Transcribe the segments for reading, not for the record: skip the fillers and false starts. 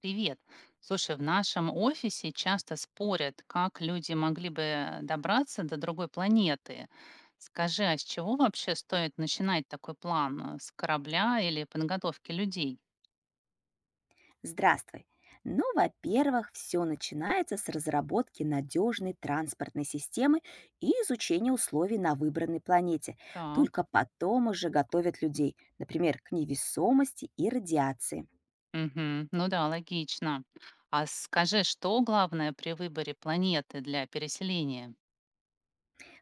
Привет. Слушай, в нашем офисе часто спорят, как люди могли бы добраться до другой планеты. Скажи, а с чего вообще стоит начинать такой план? С корабля или подготовки людей? Здравствуй. Ну, во-первых, все начинается с разработки надежной транспортной системы и изучения условий на выбранной планете. Так. Только потом уже готовят людей, например, к невесомости и радиации. Мгм. Ну да, логично. А скажи, что главное при выборе планеты для переселения?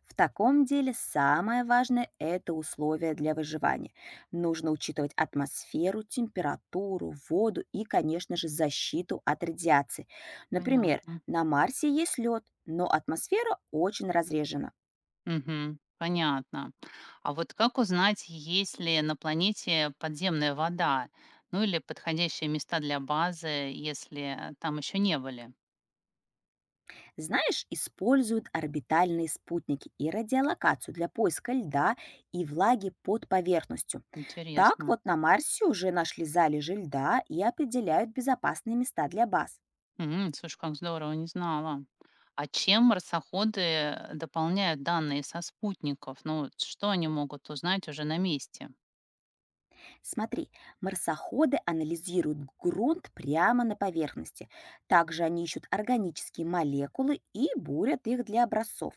В таком деле самое важное– это условия для выживания. Нужно учитывать атмосферу, температуру, воду и, конечно же, защиту от радиации. Например, Понятно. на Марсе есть лед, но атмосфера очень разрежена. Мгм. Понятно. А вот как узнать, есть ли на планете подземная вода, ну или подходящие места для базы, если там еще не были? Знаешь, используют орбитальные спутники и радиолокацию для поиска льда и влаги под поверхностью. Так Интересно. вот на Марсе уже нашли залежи льда и определяют безопасные места для баз. М, слушай, как здорово, не знала. А чем марсоходы дополняют данные со спутников? Ну, вот что они могут узнать уже на месте? Смотри, марсоходы анализируют грунт прямо на поверхности. Также они ищут органические молекулы и бурят их для образцов.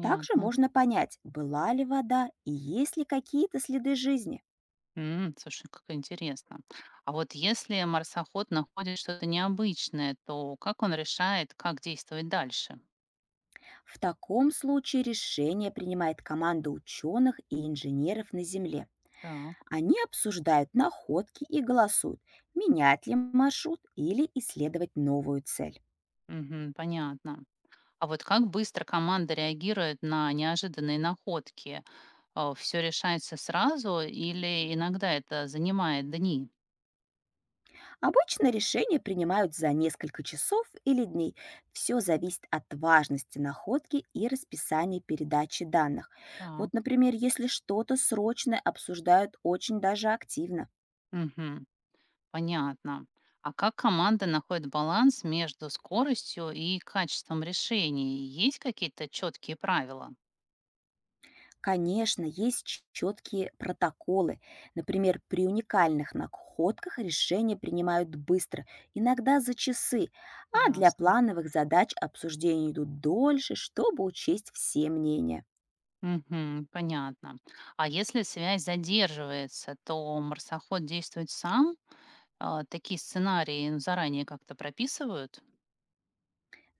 Также можно понять, была ли вода и есть ли какие-то следы жизни. М, слушай, как интересно. А вот если марсоход находит что-то необычное, то как он решает, как действовать дальше? В таком случае решение принимает команда ученых и инженеров на Земле. Так, Они обсуждают находки и голосуют, менять ли маршрут или исследовать новую цель. мгм, понятно. А вот как быстро команда реагирует на неожиданные находки? Все решается сразу или иногда это занимает дни? Обычно решения принимают за несколько часов или дней. Все зависит от важности находки и расписания передачи данных. Вот, Так, например, если что-то срочное обсуждают очень даже активно. мгм, понятно. А как команда находит баланс между скоростью и качеством решений? Есть какие-то четкие правила? Конечно, есть четкие протоколы. Например, при уникальных находках решения принимают быстро, иногда за часы, а для Ясно. плановых задач обсуждения идут дольше, чтобы учесть все мнения. Мгм. Понятно. А если связь задерживается, то марсоход действует сам? А, такие сценарии заранее как-то прописывают?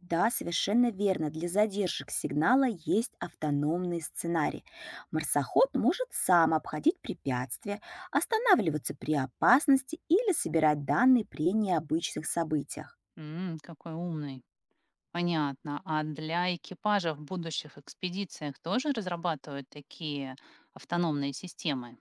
Да, совершенно верно, для задержек сигнала есть автономный сценарий. Марсоход может сам обходить препятствия, останавливаться при опасности или собирать данные при необычных событиях. М, какой умный. Понятно. А для экипажа в будущих экспедициях тоже разрабатывают такие автономные системы?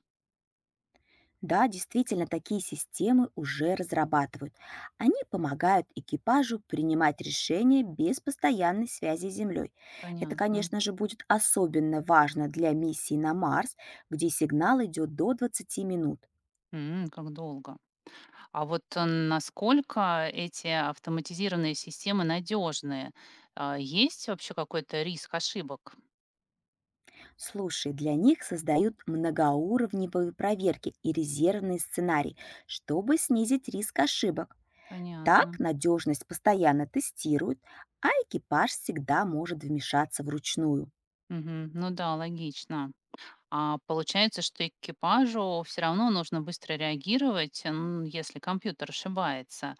Да, действительно, такие системы уже разрабатывают. Они помогают экипажу принимать решения без постоянной связи с Землей. Это, Понятно. конечно же, будет особенно важно для миссии на Марс, где сигнал идет до 20 минут. М, как долго. А вот насколько эти автоматизированные системы надежные? А, есть вообще какой-то риск ошибок? Слушай, для них создают многоуровневые проверки и резервные сценарии, чтобы снизить риск ошибок. Так Понятно. надежность постоянно тестируют, а экипаж всегда может вмешаться вручную. Мгм. Ну да, логично. А получается, что экипажу все равно нужно быстро реагировать, м, если компьютер ошибается.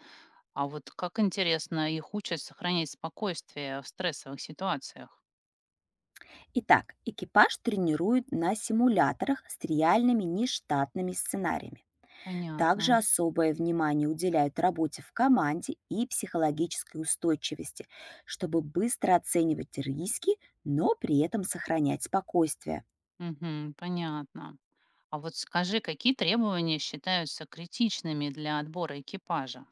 А вот как интересно, их учат сохранять спокойствие в стрессовых ситуациях. Итак, экипаж тренирует на симуляторах с реальными нештатными сценариями. Также Понятно. особое внимание уделяют работе в команде и психологической устойчивости, чтобы быстро оценивать риски, но при этом сохранять спокойствие. Мгм, понятно. А вот скажи, какие требования считаются критичными для отбора экипажа?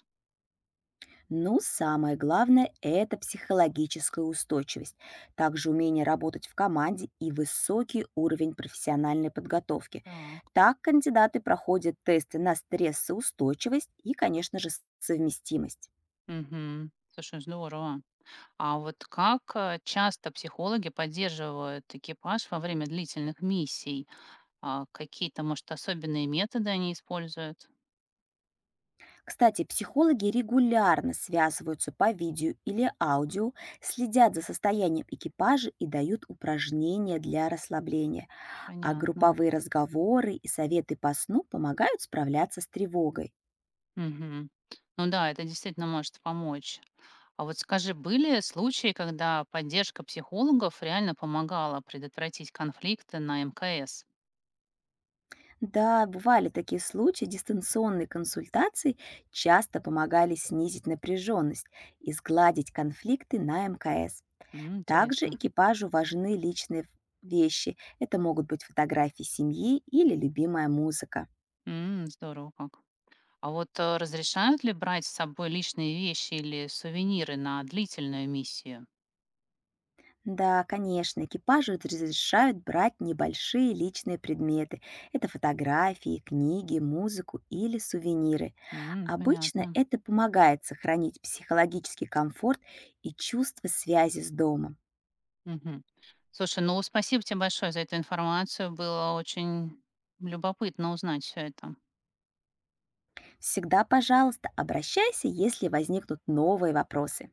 Ну, самое главное– это психологическая устойчивость, также умение работать в команде и высокий уровень профессиональной подготовки. Так. Так кандидаты проходят тесты на стрессоустойчивость и, конечно же, совместимость. Угу. Слушай, здорово. А вот как часто психологи поддерживают экипаж во время длительных миссий? А, какие-то, может, особенные методы они используют? Кстати, психологи регулярно связываются по видео или аудио, следят за состоянием экипажа и дают упражнения для расслабления, а Понятно. групповые разговоры и советы по сну помогают справляться с тревогой. Мгм. Ну да, это действительно может помочь. А вот скажи, были случаи, когда поддержка психологов реально помогала предотвратить конфликты на МКС? Да, бывали такие случаи. Дистанционные консультации часто помогали снизить напряженность и сгладить конфликты на МКС. М, Также интересно. экипажу важны личные вещи. Это могут быть фотографии семьи или любимая музыка. М, здорово как. А вот разрешают ли брать с собой личные вещи или сувениры на длительную миссию? Да, конечно, экипажу разрешают брать небольшие личные предметы. Это фотографии, книги, музыку или сувениры. М, Обычно понятно. это помогает сохранить психологический комфорт и чувство связи с домом. Мгм. Слушай, ну спасибо тебе большое за эту информацию. Было очень любопытно узнать все это. Всегда, пожалуйста, обращайся, если возникнут новые вопросы.